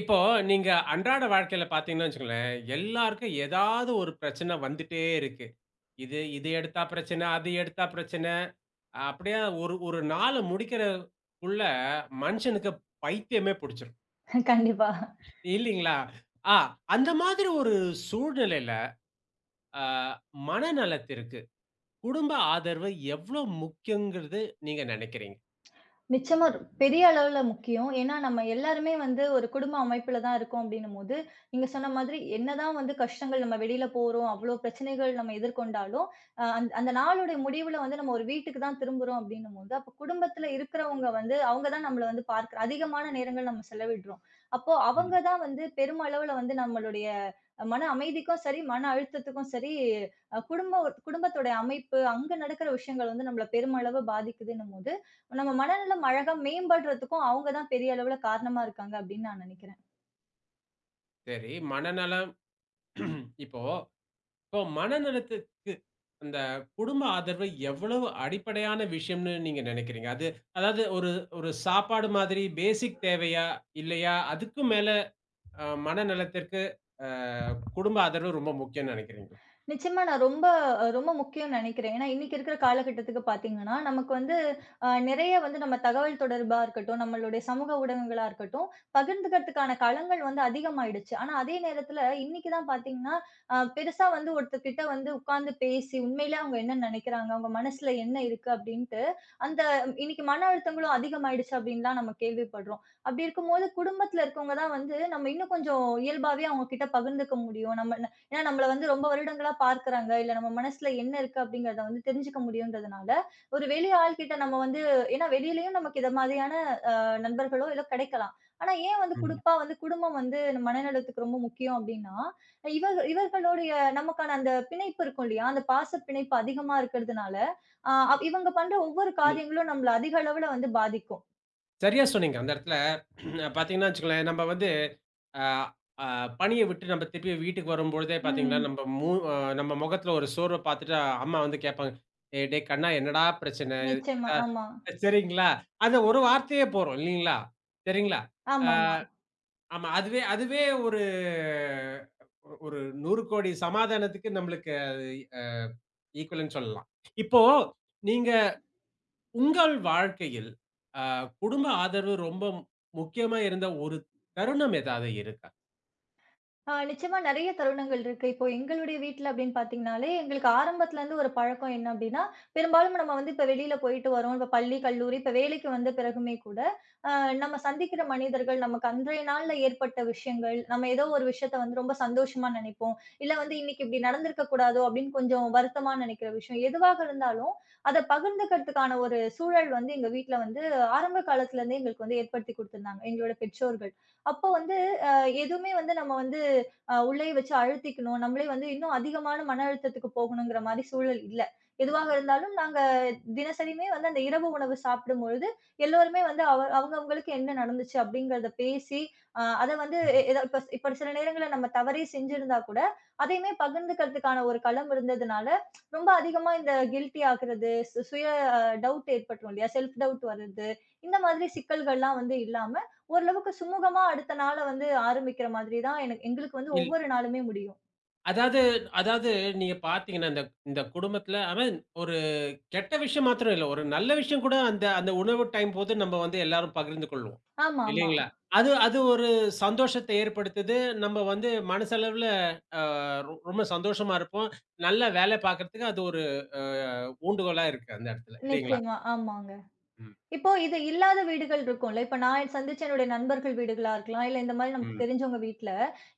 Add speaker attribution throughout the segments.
Speaker 1: இப்போ நீங்க அன்றாட வாழ்க்கையில பார்த்தீங்கன்னு வச்சுக்கோங்களேன், எல்லாருக்கும் ஏதாவது ஒரு பிரச்சனை வந்துட்டே இருக்கு. இது இது எடுத்தா பிரச்சனை, அது எடுத்தா பிரச்சனை. அப்படியே ஒரு ஒரு நாள முடிக்கிறக்குள்ள மனுஷனுக்கு பைத்தியமே புடிச்சிரும்.
Speaker 2: கண்டிப்பா.
Speaker 1: இல்லீங்களா? ஆ அந்த மாதிரி ஒரு சூழ்நிலையில அ மனநலத்திற்கு குடும்ப ஆதரவு எவ்வளோ முக்கியங்கிறது நீங்க நெனைக்கிறீங்க?
Speaker 2: நிச்சயமா பெரிய அளவுல முக்கியம். ஏன்னா, நம்ம எல்லாருமே வந்து ஒரு குடும்ப அமைப்புல தான் இருக்கோம் அப்டின்னும்போது, நீங்க சொன்ன மாதிரி என்னதான் வந்து கஷ்டங்கள் நம்ம வெளியில போறோம், அவ்ளோ பிரச்சனைகள் நம்ம எதிர்கொண்டாலும், அ அந் அந்த நாளுடைய முடிவுல வந்து நம்ம ஒரு வீட்டுக்கு தான் திரும்புறோம் அப்டின்னும்போது, அப்போ குடும்பத்துல இருக்கிறவங்க வந்து அவங்க தான் நம்மள வந்து பார்க்க அதிகமான நேரங்கள் நம்ம செலவிடுறோம். அப்போ அவங்க
Speaker 1: ம்.
Speaker 2: தான் வந்து பெருமளவுல வந்து நம்மளுடைய மன அமைதிக்கும் சரி, மன அழுத்தத்துக்கும் சரி, அ குடும்ப குடும்பத்தோட அமைப்பு, அங்க நடக்கிற விஷயங்கள் வந்து நம்மள பெருமளவு பாதிக்குதுன்னும்போது நம்ம மனநலம் அழகா மேம்படுறதுக்கும் அவங்க தான் பெரிய அளவுல காரணமா இருக்காங்க அப்படின்னு நான் நினைக்கிறேன்.
Speaker 1: சரி, மனநலம். இப்போ இப்போ மனநலத்துக்கு அந்த குடும்ப ஆதரவு எவ்வளவு அடிப்படையான விஷயம்னு நீங்க நினைக்கிறீங்க? அதாவது ஒரு ஒரு சாப்பாடு மாதிரி பேசிக் தேவையா? இல்லையா? அதுக்கும் மேல மனநலத்திற்கு அ குடும்ப ஆதரவு ரொம்ப முக்கியம்னு நினைக்கிறீங்களா?
Speaker 2: நிச்சயமா நான் ரொம்ப ரொம்ப முக்கியம்னு நெனைக்கிறேன். ஏன்னா, இன்னைக்கு இருக்கிற காலகட்டத்துக்கு பார்த்தீங்கன்னா, நமக்கு வந்து நெறைய வந்து நம்ம தகவல் தொடர்பா இருக்கட்டும், நம்மளுடைய சமூக ஊடகங்களா இருக்கட்டும், பகிர்ந்துக்கிறதுக்கான களங்கள் வந்து அதிகமாயிடுச்சு. ஆனா, அதே நேரத்துல இன்னைக்கு தான் பார்த்தீங்கன்னா, பெருசா வந்து ஒருத்தர்கிட்ட வந்து உட்கார்ந்து பேசி, உண்மையிலே அவங்க என்ன நெனைக்கிறாங்க? அவங்க மனசுல என்ன இருக்கு? அப்படின்ட்டு, அந்த இன்னைக்கு மன அழுத்தங்களும் அதிகமாயிடுச்சு அப்படின்லாம் நம்ம கேள்விப்படுறோம். அப்படி இருக்கும்போது, குடும்பத்துல இருக்கவங்க தான் வந்து, நம்ம இன்னும் கொஞ்சம் இயல்பாவே அவங்க கிட்ட பகிர்ந்துக்க முடியும். நம்ம ஏன்னா நம்மள வந்து ரொம்ப வருடங்களா பார்க்குறாங்க. இல்ல நம்ம மனசுல என்ன இருக்கு அப்படிங்கிறத வந்து தெரிஞ்சுக்க முடியும்ன்றதுனால, ஒரு வெளி ஆள்கிட்ட நம்ம வந்து ஏன்னா வெளியிலயும் நமக்கு இத மாதிரியான அ நண்பர்களோ ஏதோ கிடைக்கலாம். ஆனா ஏன் வந்து
Speaker 1: ம்.
Speaker 2: குறிப்பா வந்து குடும்பம் வந்து மனநலத்துக்கு ரொம்ப முக்கியம் அப்படின்னா, இவ இவர்களுடைய நமக்கான அந்த பிணைப்பு இருக்கும் இல்லையா? அந்த பாச பிணைப்பு அதிகமா இருக்கிறதுனால, அ இவங்க பண்ற ஒவ்வொரு
Speaker 1: நீ
Speaker 2: காரியங்களும் நம்மள அதிக அளவுல வந்து பாதிக்கும்.
Speaker 1: சரியா சொன்னீங்க. அந்த இடத்துல, பார்த்தீங்கன்னா வச்சுக்கோங்களேன், நம்ம வந்து ஆ ஆ பணிய விட்டு நம்ம திருப்பி வீட்டுக்கு வரும்பொழுதே பார்த்தீங்கன்னா,
Speaker 2: ம்.
Speaker 1: நம்ம மூ அ நம்ம முகத்துல ஒரு சோர்வ பார்த்துட்டு அம்மா வந்து கேட்பாங்க. "ஏய் டேய் கண்ணா, என்னடா பிரச்சனை?
Speaker 2: நிச்சயமா.
Speaker 1: எதா".
Speaker 2: ஆமா.
Speaker 1: சரிங்களா? அந்த ஒரு வார்த்தையே போரும் இல்லீங்களா? சரிங்களா? அ
Speaker 2: ஆமாமா.
Speaker 1: ஆமா. அதுவே அதுவே ஒரு ஒரு 100,00,00,000,000 சமாதானத்துக்கு நம்மளுக்கு அது அ ஈக்குவல்ன்னு சொல்லலாம். இப்போ நீங்க உங்கள் வாழ்க்கையில் அ குடும்ப ஆதரவு ரொம்ப முக்கியமா இருந்த ஒரு தருணம் ஏதாவது இருக்கா?
Speaker 2: ஆ நிச்சயமா நெறைய தருணங்கள் இருக்கு. இப்போ எங்களுடைய வீட்ல அப்படின்னு பார்த்தீங்கனாலே, எங்களுக்கு ஆரம்பத்துல இருந்து ஒரு பழக்கம் என்ன அப்படின்னா, பெரும்பாலும் நம்ம வந்து இப்ப வெளியில போயிட்டு வரோம். இப்ப பள்ளி, கல்லூரி, இப்ப வேலைக்கு வந்த பிறகுமே கூட, அ நம்ம சந்திக்கிற மனிதர்கள், நமக்கு அன்றைய நாள்ல ஏற்பட்ட விஷயங்கள், நம்ம ஏதோ ஒரு விஷயத்த வந்து ரொம்ப சந்தோஷமா நினைப்போம். இல்ல வந்து இன்னைக்கு இப்படி நடந்திருக்க கூடாதோ அப்படின்னு கொஞ்சம் வருத்தமா நினைக்கிற விஷயம். எதுவாக இருந்தாலும், அத பகிர்ந்துக்கிறதுக்கான ஒரு சூழல் வந்து எங்க வீட்ல வந்து ஆரம்ப காலத்துல இருந்தே எங்களுக்கு வந்து ஏற்படுத்தி குடுத்திருந்தாங்க, எங்களோட பெற்றோர்கள். அப்போ வந்து அ எதுவுமே வந்து நம்ம வந்து உள்ளேயே வச்சு அழுத்திக்கணும். நம்மளே வந்து இன்னும் அதிகமான மன அழுத்தத்துக்கு போகணுங்கிற மாரி சூழல் இல்ல. எதுவாக இருந்தாலும் நாங்க தினசரியுமே வந்து அந்த இரவு உணவு சாப்பிடும்பொழுது, எல்லோருமே வந்து அவ அவங்க அவங்களுக்கு என்ன நடந்துச்சு அப்படிங்கிறத பேசி, அத வந்து எ எதா இப்ப இப்ப சில நேரங்கள்ல நம்ம தவறே செஞ்சிருந்தா கூட, அதையுமே பகிர்ந்துக்கிறதுக்கான ஒரு களம் இருந்ததுனால, ரொம்ப அதிகமா இந்த கில்ட்டி ஆகுறது, சுய டவுட் ஏற்பட்டுரும் இல்லையா? செல்ஃப் டவுட் வர்றது, இந்த மாதிரி சிக்கல்கள்லாம் வந்து இல்லாம, ஓரளவுக்கு சுமூகமா அடுத்த நாள வந்து ஆரம்பிக்கிற மாதிரி தான் எங்களுக்கு வந்து
Speaker 1: இல்
Speaker 2: ஒவ்வொரு நாளுமே முடியும்.
Speaker 1: அதாவது அதாவது நீங்க பார்த்தீங்கன்னா, இந்த இந்த குடும்பத்தில, ஐ மீன், ஒரு கெட்ட விஷயம் மாத்திரம் இல்ல. ஒரு நல்ல விஷயம் கூட அந்த அந்த உணவு டைம் போது நம்ம வந்து எல்லாரும் பகிர்ந்து கொள்வோம்.
Speaker 2: ஆமா, ஆமா.
Speaker 1: இல்லைங்களா? அது அது ஒரு சந்தோஷத்த ஏற்படுத்துது. நம்ம வந்து மனசளவுல அ ரொ ரொம்ப சந்தோஷமா இருப்போம். நல்லா வேலை பார்க்கறதுக்கு அது ஒரு அ ஊண்டுகோலா இருக்கு அந்த இடத்துல. இல்லைங்களா?
Speaker 2: நிச்சயமா. ஆமாங்க.
Speaker 1: ம்.
Speaker 2: இப்போ இது இல்லாத வீடுகள் இருக்கும்ல. இப்ப நான் சந்திச்ச என்னுடைய நண்பர்கள் வீடுகளா இருக்கலாம், இல்ல இந்த மாரி நமக்கு
Speaker 1: ம்.
Speaker 2: தெரிஞ்சவங்க வீட்ல.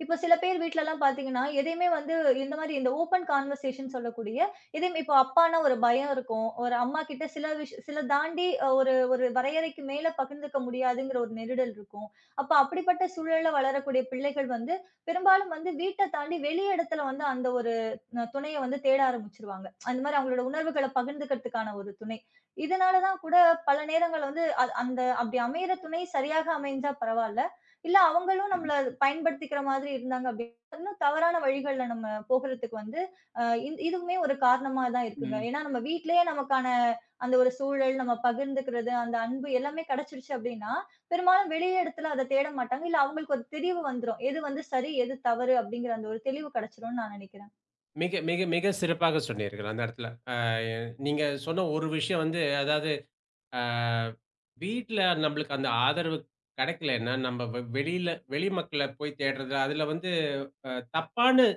Speaker 2: இப்ப சில பேர் வீட்லலாம் பார்த்தீங்கன்னா, எதையுமே வந்து இந்த மாரி இந்த ஓப்பன் கான்வர்சேஷன் சொல்லக்கூடிய, எதையும் இப்போ அப்பான்னா ஒரு பயம் இருக்கும். ஒரு அம்மா கிட்ட சில தாண்டி ஒரு ஒரு வரையறைக்கு மேல பகிர்ந்துக்க முடியாதுங்கிற ஒரு நெருடல் இருக்கும். அப்ப அப்படிப்பட்ட சூழல்ல வளரக்கூடிய பிள்ளைகள் வந்து, பெரும்பாலும் வந்து வீட்ட தாண்டி வெளி இடத்துல வந்து அந்த ஒரு துணைய வந்து தேட ஆரம்பிச்சுருவாங்க. அந்த மாரி அவங்களோட உணர்வுகள பகிர்ந்துக்கிறதுக்கான ஒரு துணை. இதனால தான் கூட பல நேரங்கள்ல வந்து அது அந்த அப்படி அமையிற துணை சரியாக அமைஞ்சா பரவால்ல. இல்ல அவங்களும் நம்மள பயன்படுத்திக்கிற மாதிரி இருந்தாங்க அப்படின்னா, இன்னும் தவறான வழிகள்ல நம்ம போகுறதுக்கு வந்து அ இந் இதுவுமே ஒரு காரணமா தான் இருக்குங்க.
Speaker 1: ம்.
Speaker 2: ஏன்னா நம்ம வீட்லயே நமக்கான அந்த ஒரு சூழல், நம்ம பகிர்ந்துக்கிறது, அந்த அன்பு எல்லாமே கிடைச்சிருச்சு அப்படின்னா, பெரும்பாலும் வெளி இடத்துல அத தேட மாட்டாங்க. இல்ல அவங்களுக்கு ஒரு தெளிவு வந்துரும். எது வந்து சரி, எது தவறு அப்படிங்கிற அந்த ஒரு தெளிவு கிடைச்சிரும்னு நான் நினைக்கிறேன்.
Speaker 1: மிக மிக மிக சிறப்பாக சொன்னீர்கள் அந்த இடத்துல. நீங்க சொன்ன ஒரு விஷயம் வந்து, அதாவது, ஆ வீட்ல நம்பளுக்கு அந்த ஆதரவு கெடைக்கலன்னா, நம்ம வெளியில வெளி மக்கள போய் தேடுறது, அதுல வந்து அ தப்பான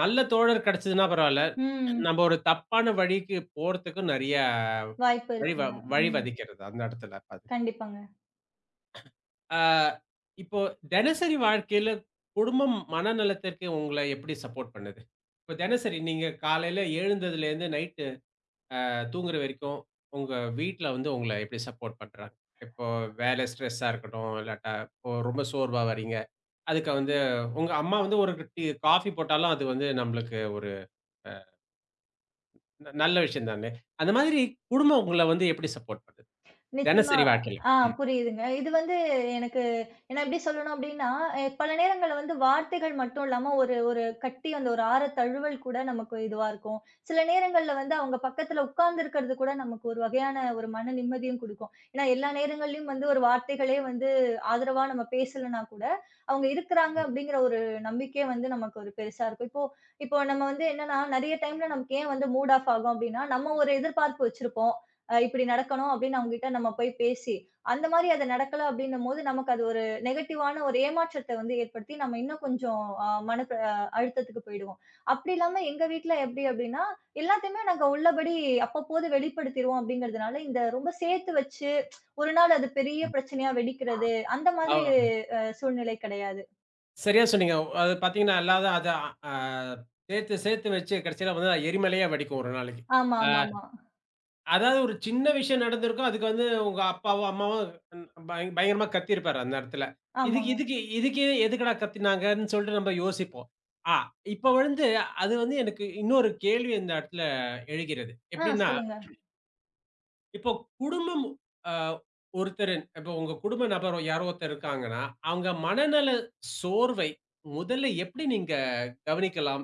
Speaker 1: நல்ல தோழர் கெடைச்சதுன்னா பரவால்ல.
Speaker 2: ம்.
Speaker 1: நம்ம ஒரு தப்பான வழிக்கு போறதுக்கு நெறைய
Speaker 2: வாய்ப்பு
Speaker 1: வழி வ
Speaker 2: இருக்குங்க.
Speaker 1: வழி
Speaker 2: ம்.
Speaker 1: வதைக்கிறது அந்த இடத்துல. அது
Speaker 2: கண்டிப்பாங்க.
Speaker 1: ஆ இப்போ தினசரி வாழ்க்கையில குடும்பம் மனநலத்திற்கு உங்கள எப்படி சப்போர்ட் பண்ணுது? இப்போ தினசரி நீங்க காலையில எழுந்ததுலேருந்து நைட் தூங்குற வரைக்கும், உங்க வீட்ல வந்து உங்கள எப்படி சப்போர்ட் பண்றாங்க? இப்போ வேலை ஸ்ட்ரெஸ்ஸா இருக்கட்டும், இல்லாட்டா இப்போ ரொம்ப சோர்வா வர்றீங்க. அதுக்கு வந்து உங்க அம்மா வந்து ஒரு டீ காஃபி போட்டாலும் அது வந்து நம்மளுக்கு ஒரு நல்ல விஷயம் தானே! அந்த மாதிரி குடும்பம் உங்கள வந்து எப்படி சப்போர்ட் பண்ணுது?
Speaker 2: நிச்சயமா.
Speaker 1: தினசரி வாழ்க்கையில.
Speaker 2: ஆ
Speaker 1: ம்,
Speaker 2: புரியுதுங்க. இது வந்து எனக்கு நான் எப்படி சொல்லணும் அப்படின்னா, பல நேரங்கள்ல வந்து வார்த்தைகள் மட்டும் இல்லாம, ஒரு ஒரு கட்டி அந்த ஒரு ஆற தழுவல் கூட நமக்கு இதுவா இருக்கும். சில நேரங்கள்ல வந்து அவங்க பக்கத்துல உட்கார்ந்திருக்கிறது கூட நமக்கு ஒரு வகையான ஒரு மன நிம்மதியும் குடுக்கும். ஏன்னா எல்லா நேரங்கள்லயும் வந்து ஒரு வார்த்தைகளே வந்து ஆதரவா நம்ம பேசலன்னா கூட, அவங்க இருக்கிறாங்க
Speaker 1: ம்,
Speaker 2: அப்படிங்கிற ஒரு நம்பிக்கை வந்து நமக்கு ஒரு பெருசா இருக்கும். இப்போ இப்போ நம்ம வந்து என்னன்னா, நெறைய டைம்ல நமக்கு ஏன் வந்து மூட் ஆஃப் ஆகும் அப்படின்னா, நம்ம ஒரு எதிர்பார்ப்பு வச்சிருப்போம். இப்படி நடக்கணும் அப்படின்னு அவங்ககிட்ட நம்ம போய் பேசி, அந்த மாரி அது நடக்கல அப்படின்னும்போது, நமக்கு அது ஒரு நெகட்டிவான ஒரு ஏமாற்றத்த வந்து ஏற்படுத்தி, நம்ம இன்னும் கொஞ்சம் அ மன ப அழுத்தத்துக்கு போயிடுவோம். அப்படி இல்லாம எங்க வீட்ல எப்படி அப்படின்னா, எல்லாத்தையுமே நாங்க உள்ளபடி அப்பப்போது வெளிப்படுத்திருவோம் அப்படிங்கிறதுனால, இந்த ரொம்ப சேர்த்து வச்சு, ஒரு நாள் அது பெரிய
Speaker 1: ம்.
Speaker 2: பிரச்சனையா வெடிக்கிறது, அந்த
Speaker 1: ஆ
Speaker 2: மாதிரி சூழ்நிலை கிடையாது.
Speaker 1: சரியா சொன்னீங்க. அது பார்த்தீங்கன்னா, எல்லாரும் அத அ சேர்த்து சேர்த்து வச்சு கடைசியில வந்து அது எரிமலையா வெடிக்கும் ஒரு நாளைக்கு.
Speaker 2: ஆமா,
Speaker 1: அ
Speaker 2: ஆமாமா.
Speaker 1: அதாவது ஒரு சின்ன விஷயம் நடந்திருக்கும். அதுக்கு வந்து உங்க அப்பாவோ, அம்மாவோ பயங்கரமா கத்தியிருப்பாரு அந்த இடத்துல. இதுக்கு
Speaker 2: ஆமாங்க.
Speaker 1: இதுக்கு இதுக்கு எதுக்குடா கத்தினாங்கன்னு சொல்லிட்டு நம்ம யோசிப்போம். ஆ இப்ப வந்து அது வந்து எனக்கு இன்னொரு கேள்வி இந்த இடத்துல எழுகிறது.
Speaker 2: ஆ
Speaker 1: எப்படின்னா,
Speaker 2: சொல்லுங்க.
Speaker 1: இப்போ குடும்பம், அ ஒருத்தர், இப்போ உங்க குடும்ப நபர் யாரோ ஒருத்தர் இருக்காங்கன்னா, அவங்க மனநல சோர்வை முதல்ல எப்படி நீங்க கவனிக்கலாம்?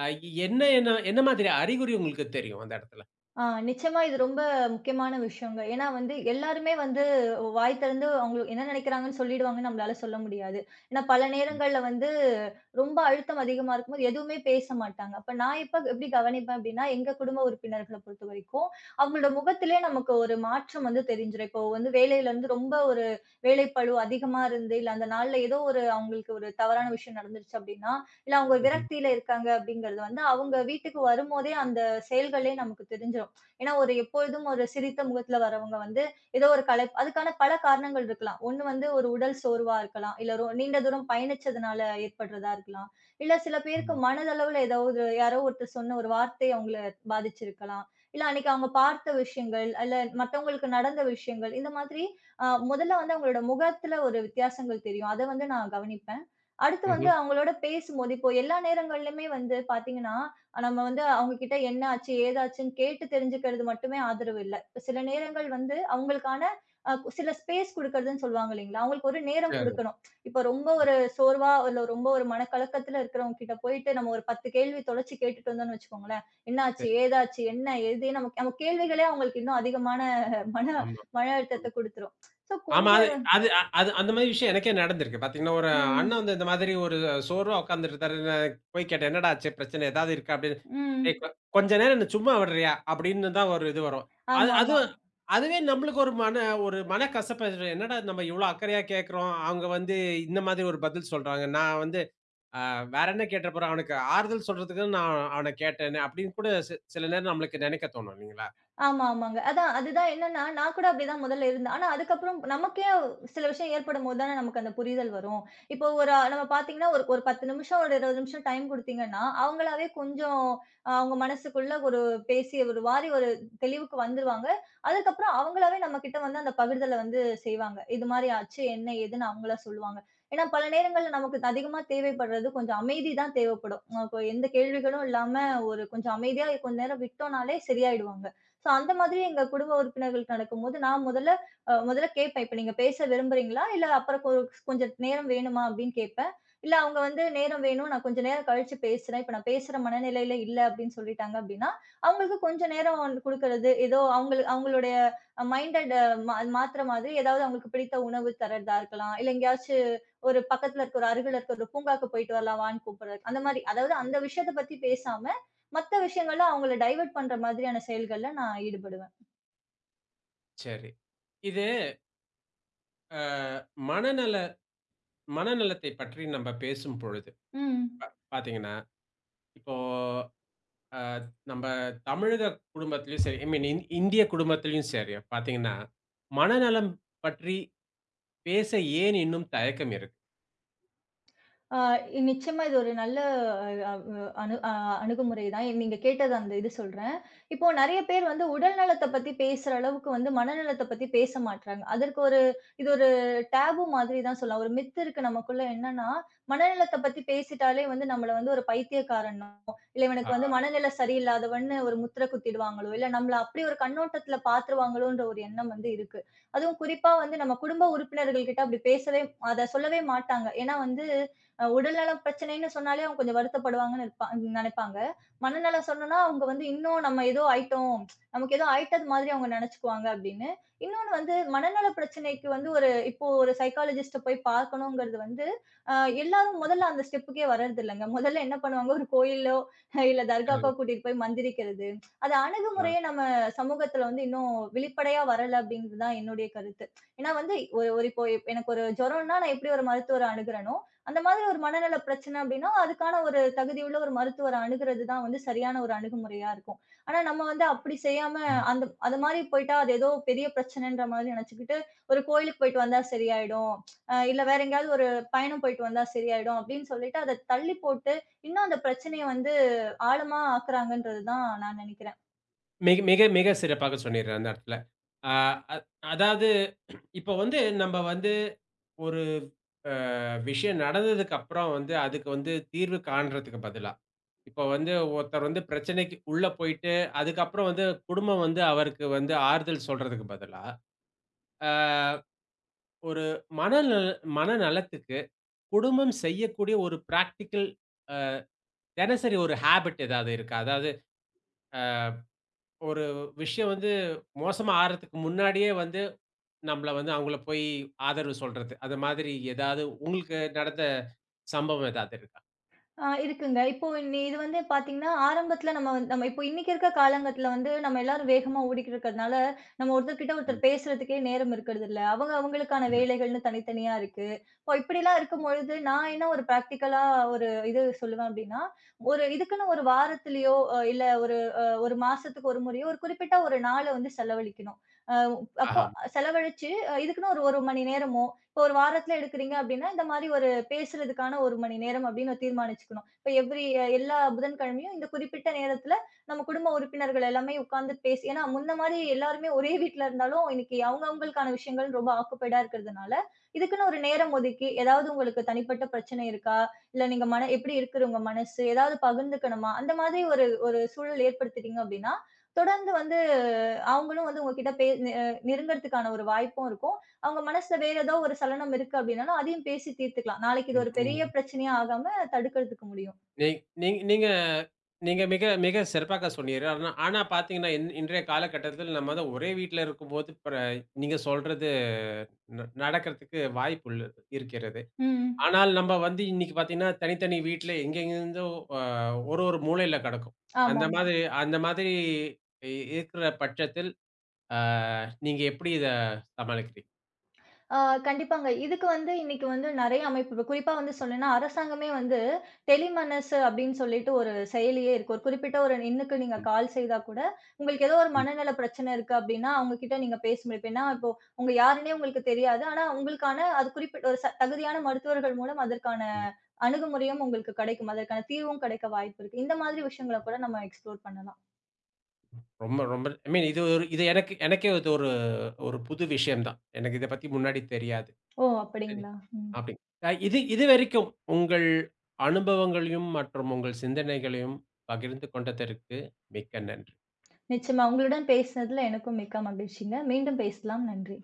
Speaker 1: அ என்ன என்ன என்ன மாதிரி அறிகுறி உங்களுக்கு தெரியும் அந்த இடத்துல?
Speaker 2: ஆ நிச்சயமா இது ரொம்ப முக்கியமான விஷயங்க. ஏன்னா வந்து எல்லாருமே வந்து வாய் திறந்து அவங்க என்ன நினைக்கிறாங்கன்னு சொல்லிடுவாங்கன்னு நம்மளால சொல்ல முடியாது. ஏன்னா பல
Speaker 1: ம்.
Speaker 2: நேரங்கள்ல வந்து ரொம்ப அழுத்தம் அதிகமா இருக்கும்போது எதுவுமே பேச மாட்டாங்க. அப்ப நான் இப்ப எப்படி கவனிப்பேன் அப்படின்னா, எங்க குடும்ப உறுப்பினர்கள பொறுத்தவரைக்கும் அவங்களோட முகத்திலே நமக்கு ஒரு மாற்றம் வந்து தெரிஞ்சிரும். இப்போ வந்து வேலையில இருந்து ரொம்ப ஒரு வேலைப்பளு அதிகமா இருந்து, இல்ல அந்த நாள்ல ஏதோ ஒரு அவங்களுக்கு ஒரு தவறான விஷயம் நடந்துருச்சு அப்படின்னா, இல்ல அவங்க
Speaker 1: ம்ஹ்ம்.
Speaker 2: விரக்தியில இருக்காங்க அப்படிங்கிறது வந்து அவங்க வீட்டுக்கு வரும்போதே அந்த செயல்களே நமக்கு தெரிஞ்சிரும். ஏன்னா, ஒரு எப்பொழுதும் ஒரு சிரித்த முகத்துல வரவங்க வந்து, ஏதோ ஒரு அதுக்கான பல காரணங்கள் இருக்கலாம். ஒண்ணு வந்து ஒரு உடல் சோர்வா இருக்கலாம். இல்ல நீண்ட தூரம் பயணிச்சதுனால ஏற்படுறதா இருக்கலாம். இல்ல சில பேருக்கு
Speaker 1: ம்.
Speaker 2: மனதளவுல ஏதாவது யாரோ ஒருத்தர் சொன்ன ஒரு வார்த்தை அவங்கள பாதிச்சிருக்கலாம். இல்ல அன்னைக்கு அவங்க பார்த்த விஷயங்கள், அல்ல மத்தவங்களுக்கு நடந்த விஷயங்கள். இந்த மாதிரி முதல்ல வந்து அவங்களோட முகத்துல ஒரு வித்தியாசங்கள் தெரியும். அத வந்து நான் கவனிப்பேன். அடுத்து
Speaker 1: ம்ஹ்ம்.
Speaker 2: வந்து அவங்களோட பேசும்போது இப்போ எல்லா நேரங்கள்லயுமே வந்து பார்த்தீங்கன்னா, நம்ம வந்து அவங்க கிட்ட என்ன ஆச்சு, ஏதாச்சுன்னு கேட்டு தெரிஞ்சுக்கிறது மட்டுமே ஆதரவு இல்ல. சில நேரங்கள் வந்து அவங்களுக்கான அ சில ஸ்பேஸ் குடுக்கறதுன்னு சொல்லுவாங்க இல்லைங்களா? அவங்களுக்கு ஒரு நேரம்
Speaker 1: சரி.
Speaker 2: குடுக்கணும். இப்ப ரொம்ப ஒரு சோர்வா, இல்ல ரொம்ப ஒரு மனக்கலக்கத்துல இருக்கிறவங்க கிட்ட போயிட்டு நம்ம ஒரு 10 கேள்வி தொலைச்சு கேட்டுட்டு வந்தோம்னு வச்சுக்கோங்களேன், என்னாச்சு?
Speaker 1: சரி.
Speaker 2: ஏதாச்சு? என்ன? ஏது? நம்ம நம்ம கேள்விகளே அவங்களுக்கு இன்னும் அதிகமான மன
Speaker 1: ஆமா.
Speaker 2: மன
Speaker 1: ஆமா.
Speaker 2: அழுத்தத்த குடுத்துரும். ஸோ
Speaker 1: ஆமா. அது
Speaker 2: கொஞ்சம்
Speaker 1: அது அ அது அந்த மாரி விஷயம் எனக்கே நடந்திருக்கு. பாத்தீங்கன்னா, ஒரு அண்ணன்
Speaker 2: ம்,
Speaker 1: வந்து இந்த மாதிரி ஒரு சோர்வா உட்கார்ந்துட்டு இருந்தாரு. நான் போய் கேட்டேன், "என்னடா ஆச்சு? பிரச்சனை ஏதாவது இருக்கா?" அப்படின்னு. "ஏய்,
Speaker 2: ம்.
Speaker 1: கொஞ்ச நேரம் என்ன சும்மா விடுறியா?" அப்படின்னு தான் ஒரு இது வரும். அது அது
Speaker 2: ஆமாமா.
Speaker 1: அதுவே நம்மளுக்கு ஒரு மன ஒரு மனக்கசப்ப. என்னடா நம்ம இவ்ளோ அக்கறையா கேட்கிறோம். அவங்க வந்து இந்த மாதிரி ஒரு பதில் சொல்றாங்க. நான் வந்து அ வேற என்ன கேட்டுற போறேன். அவனுக்கு ஆறுதல் சொல்றதுக்கு நான் அவன கேட்டேனே அப்படின்னு கூட சில நேரம் நம்மளுக்கு நினைக்க தோணும் இல்லைங்களா?
Speaker 2: ஆமா, ஆமாங்க. அதான் அதுதான் என்னன்னா, நான் கூட அப்படிதான் முதல்ல இருந்தேன். ஆனா அதுக்கப்புறம் நமக்கே சில விஷயம் ஏற்படும்போது தானே நமக்கு அந்த புரிதல் வரும். இப்போ ஒரு நம்ம பார்த்தீங்கன்னா, ஒரு ஒரு 10 நிமிஷம், ஒரு 20 நிமிஷம் டைம் குடுத்தீங்கன்னா, அவங்களாவே கொஞ்சம் அவங்க மனசுக்குள்ள ஒரு பேசி ஒரு வாரி ஒரு தெளிவுக்கு வந்துருவாங்க. அதுக்கப்புறம் அவங்களாவே நம்மகிட்ட வந்து அந்த பகிர்தல வந்து செய்வாங்க. இது மாரி ஆச்சு, என்ன ஏதுன்னு அவங்களா சொல்லுவாங்க. ஏன்னா பல நேரங்கள்ல நமக்கு அதிகமா தேவைப்படுறது கொஞ்சம் அமைதி தான் தேவைப்படும். இப்போ எந்த கேள்விகளும் இல்லாம ஒரு கொஞ்சம் அமைதியா கொஞ்ச நேரம் விட்டோம்னாலே சரியாயிடுவாங்க. சோ அந்த மாதிரி எங்க குடும்ப உறுப்பினர்களுக்கு நடக்கும்போது, நான் முதல்ல அ முதல்ல கேட்பேன். "இப்ப நீங்க பேச விரும்புறீங்களா? இல்ல அப்புறம் கொஞ்சம் நேரம் வேணுமா?" அப்படின்னு கேட்பேன். இல்ல அவங்க வந்து "நேரம் வேணும். நான் கொஞ்சம் நேரம் கழிச்சு பேசுறேன். இப்ப நான் பேசுற மனநிலையில இல்ல" அப்படின்னு சொல்லிட்டாங்க அப்படின்னா, அவங்களுக்கு கொஞ்சம் நேரம் குடுக்கறது, ஏதோ அவங்களுடைய மைண்டட் மாத்துற மாதிரி ஏதாவது அவங்களுக்கு பிடித்த உணவு தர்றதா இருக்கலாம். இல்ல எங்கேயாச்சு ஒரு அருகில இருக்க ஒரு பூங்காவுக்கு போயிட்டு வரலாம் வான்னு கூப்பிடுறது. அந்த மாரி அதாவது அந்த விஷயத்த பத்தி பேசாம மத்த விஷயங்கள்ல அவங்கள டைவர்ட் பண்ற மாதிரியான செயல்கள்ல நான் ஈடுபடுவேன்.
Speaker 1: சரி. இது அ மனநல மனநலத்தை பற்றி நம்ம பேசும் பொழுது
Speaker 2: ம்.
Speaker 1: பார்த்தீங்கன்னா, இப்போ அ நம்ம தமிழக குடும்பத்திலயும் சரி, ஐ மீன் இந்திய குடும்பத்திலயும் சரி பார்த்தீங்கன்னா, மனநலம் பற்றி பேச ஏன் இன்னும் தயக்கம் இருக்கு?
Speaker 2: ஆ நிச்சயமா இது ஒரு நல்ல அ அணு அ அணுகுமுறை தான். நீங்க கேட்டது அந்த இது சொல்றேன். இப்போ நெறைய பேர் வந்து உடல் நலத்த பத்தி பேசுற அளவுக்கு வந்து மனநலத்த பத்தி பேச மாட்றாங்க. அதற்கு ஒரு இது ஒரு டேபு மாதிரி தான் சொல்லலாம். ஒரு மித்து இருக்கு நமக்குள்ள என்னன்னா, மனநலத்த பத்தி பேசிட்டாலே வந்து நம்மள வந்து ஒரு பைத்தியக்காரனோ, இல்ல
Speaker 1: ஆ
Speaker 2: இவனுக்கு வந்து மனநிலை சரியில்லாதவன்னு ஒரு முத்திர குத்திடுவாங்களோ, இல்ல நம்மள அப்படி ஒரு கண்ணோட்டத்துல பார்த்துருவாங்களோன்ற ஒரு எண்ணம் வந்து இருக்கு. அதுவும் குறிப்பா வந்து நம்ம குடும்ப உறுப்பினர்கள் கிட்ட அப்படி பேசவே அத சொல்லவே மாட்டாங்க. ஏன்னா வந்து உடல்நல பிரச்சனைன்னு சொன்னாலே அவங்க கொஞ்சம் வருத்தப்படுவாங்கன்னு நெனைப்பாங்க. மனநலம் சொன்னோம்னா, அவங்க வந்து இன்னும் நம்ம ஏதோ ஆயிட்டோம். நமக்கு ஏதோ ஆயிட்டது மாதிரி அவங்க நெனச்சுக்குவாங்க அப்படின்னு. இன்னொன்னு வந்து மனநல பிரச்சனைக்கு வந்து ஒரு இப்போ ஒரு சைக்காலஜிஸ்ட்ட போய் பார்க்கணுங்கிறது வந்து, அ எல்லாரும் முதல்ல அந்த ஸ்டெப்புக்கே வரதில்லங்க. முதல்ல என்ன பண்ணுவாங்க, ஒரு கோயிலோ இல்ல தர்காக்கோ
Speaker 1: அது
Speaker 2: கூட்டிட்டு போய் மந்திரிக்கிறது. அது
Speaker 1: அ
Speaker 2: அணுகுமுறையே நம்ம சமூகத்துல வந்து இன்னும் வெளிப்படையா வரல அப்படிங்கிறது தான் என்னுடைய கருத்து. ஏன்னா வந்து ஒரு ஒரு இப்போ எனக்கு ஒரு ஜுரம்னா நான் எப்படி ஒரு மருத்துவர அணுகுறேனோ, அந்த மாதிரி ஒரு மனநல பிரச்சனை அப்படின்னா, அதுக்கான ஒரு தகுதியுள்ள ஒரு மருத்துவர அணுகுறது தான் வந்து சரியான ஒரு அணுகுமுறையா இருக்கும். ஆனா நம்ம வந்து அப்படி செய்யாம அந்த அது மாரி போயிட்டா, அது ஏதோ பெரிய பிரச்சனைன்ற மாதிரி நெனச்சுக்கிட்டு, ஒரு கோயிலுக்கு போயிட்டு வந்தா சரியாயிடும். இல்ல வேற எங்கேயாவது ஒரு பயணம் போயிட்டு வந்தா சரியாயிடும் அப்படின்னு சொல்லிட்டு, அத தள்ளி போட்டு, இன்னும் அந்த பிரச்சனைய வந்து ஆழமா ஆக்குறாங்கன்றது தான் நான் நெனைக்கிறேன்.
Speaker 1: மிக மிக மிக சிறப்பாக சொன்னீர் அந்த இடத்துல. அ அ அதாவது இப்போ வந்து நம்ம வந்து ஒரு அ விஷயம் நடந்ததுக்கு அப்புறம் வந்து, அதுக்கு வந்து தீர்வு காண்றதுக்கு பதிலா, இப்போ வந்து ஒருத்தர் வந்து பிரச்சனைக்கு உள்ள போயிட்டு, அதுக்கப்புறம் வந்து குடும்பம் வந்து அவருக்கு வந்து ஆறுதல் சொல்றதுக்கு பதிலா, அ ஒரு மனநல மனநலத்துக்கு குடும்பம் செய்யக்கூடிய ஒரு பிராக்டிகல், அ தினசரி ஒரு ஹேபிட் ஏதாவது இருக்கா? அதாவது அ ஒரு விஷயம் வந்து மோசமா ஆறதுக்கு முன்னாடியே வந்து நம்மள வந்து அவங்கள போய் ஆதரவு சொல்றது. அது மாதிரி ஏதாவது உங்களுக்கு நடந்த சம்பவம் ஏதாவது இருக்கா?
Speaker 2: ஆ இருக்குங்க. இப்போ இது வந்து பார்த்தீங்கன்னா, ஆரம்பத்தில நம்ம வந்து நம்ம இப்போ இன்னைக்கு இருக்க காலங்கத்தில வந்து நம்ம எல்லாரும் வேகமா ஓடிக்கிட்டு இருக்கிறதுனால, நம்ம ஒருத்தர்கிட்ட ஒருத்தர் பேசுறதுக்கே நேரம் இருக்கிறதில்ல. அவங்க அவங்களுக்கான
Speaker 1: ம்.
Speaker 2: வேலைகள்னு தனித்தனியா இருக்கு. இப்போ இப்படிலாம் இருக்கும்பொழுது, நான் என்ன ஒரு பிராக்டிகலா ஒரு இது சொல்லுவேன் அப்படின்னா, ஒரு இதுக்குன்னு ஒரு வாரத்திலயோ, இல்ல ஒரு ஒரு மாசத்துக்கு ஒரு முறையோ, ஒரு குறிப்பிட்ட ஒரு நாள வந்து செலவழிக்கணும். அ அப்போ
Speaker 1: ஆஹா.
Speaker 2: செலவழிச்சு, இதுக்குன்னு ஒரு 1 மணி நேரமோ, இப்ப ஒரு வாரத்துல எடுக்குறீங்க அப்படின்னா, இந்த மாரி ஒரு பேசுறதுக்கான 1 மணி நேரம் அப்படின்னு தீர்மானிச்சுக்கணும். இப்ப எவ்ரி எல்லா புதன்கிழமையும் இந்த குறிப்பிட்ட நேரத்துல நம்ம குடும்ப உறுப்பினர்கள் எல்லாமே உட்கார்ந்து பேசி ஏன்னா முன்ன மாரி எல்லாருமே ஒரே வீட்ல இருந்தாலும் இன்னைக்கு அவங்க அவங்களுக்கான விஷயங்கள் ரொம்ப ஆக்குபைடா இருக்கிறதுனால, இதுக்குன்னு ஒரு நேரம் ஒதுக்கி ஏதாவது உங்களுக்கு தனிப்பட்ட பிரச்சனை இருக்கா? இல்ல நீங்க மன எப்படி இருக்குது உங்க மனசு? ஏதாவது பகிர்ந்துக்கணுமா? அந்த மாதிரி ஒரு ஒரு சூழல் ஏற்படுத்திட்டீங்க அப்படின்னா, தொடர்ந்து வந்து அவங்களும் வந்து உங்ககிட்ட பே நெ நெருங்குறதுக்கான ஒரு வாய்ப்பும் இருக்கும். அவங்க மனசுல வேற ஏதோ ஒரு சலனம் இருக்கு அப்படின்னாலும், அதையும் பேசி தீர்த்துக்கலாம். நாளைக்கு இது
Speaker 1: ம்.
Speaker 2: ஒரு
Speaker 1: நீங்க
Speaker 2: பெரிய பிரச்சனையா ஆகாம தடுக்கிறதுக்கு முடியும்.
Speaker 1: நீ நீங்க நீங்க நீங்க மிக மிக சிறப்பாக சொன்னீர். ஆனா ஆனா பார்த்தீங்கன்னா, இன்றைய காலகட்டத்தில நம்ம தான் ஒரே வீட்ல இருக்கும்போது நீங்க சொல்றது நடக்கிறதுக்கு வாய்ப்பு உள்ள இருக்கிறது.
Speaker 2: ம்.
Speaker 1: ஆனால் நம்ம வந்து இன்னைக்கு பார்த்தீங்கன்னா, தனித்தனி வீட்ல எங்கெங்கிருந்தோ அ ஒரு ஒரு மூலையில கெடக்கும்.
Speaker 2: ஆமா.
Speaker 1: அந்த மாதிரி இருக்கிற பட்சத்தில், அ நீங்க எப்படி இத சமாளிக்கிறீங்க?
Speaker 2: ஆ கண்டிப்பாங்க. இதுக்கு வந்து இன்னைக்கு வந்து நெறைய அமைப்பு இப்ப குறிப்பா வந்து சொல்லணும்னா, அரசாங்கமே வந்து டெலிமனசு அப்படின்னு சொல்லிட்டு ஒரு செயலியே இருக்கு. ஒரு குறிப்பிட்ட ஒரு எண்ணுக்கு நீங்க
Speaker 1: ம்,
Speaker 2: கால் செய்தா கூட, உங்களுக்கு ஏதோ ஒரு
Speaker 1: ம்,
Speaker 2: மனநல பிரச்சனை இருக்கு அப்படின்னா, அவங்க கிட்ட நீங்க பேச முடியும். ஏன்னா, இப்போ அவங்க யாருன்னே உங்களுக்கு தெரியாது. ஆனா, உங்களுக்கான அது குறிப்பிட்ட ஒரு தகுதியான மருத்துவர்கள் மூலம் அதற்கான
Speaker 1: ம்.
Speaker 2: அணுகுமுறையும் உங்களுக்கு கிடைக்கும். அதற்கான தீர்வும் கிடைக்க வாய்ப்பு இருக்கு. இந்த மாதிரி விஷயங்கள கூட நம்ம எக்ஸ்ப்ளோர் பண்ணலாம்.
Speaker 1: ரொம்ப, ரொம்ப, ஐ மீன், இது எனக்கே இது ஒரு ஒரு புது விஷயம் தான். எனக்கு இத பத்தி முன்னாடி தெரியாது.
Speaker 2: ஓ!
Speaker 1: சரி.
Speaker 2: அப்படிங்களா? ம்.
Speaker 1: அப்படி. இதுவரைக்கும் உங்கள் அனுபவங்களையும் மற்றும் உங்கள் சிந்தனைகளையும் பகிர்ந்து கொண்டதற்கு மிக்க நன்றி.
Speaker 2: நிச்சயமா. உங்களுடன் பேசினதுல எனக்கும் மிக்க மகிழ்ச்சிங்க. மீண்டும் பேசலாம். நன்றி.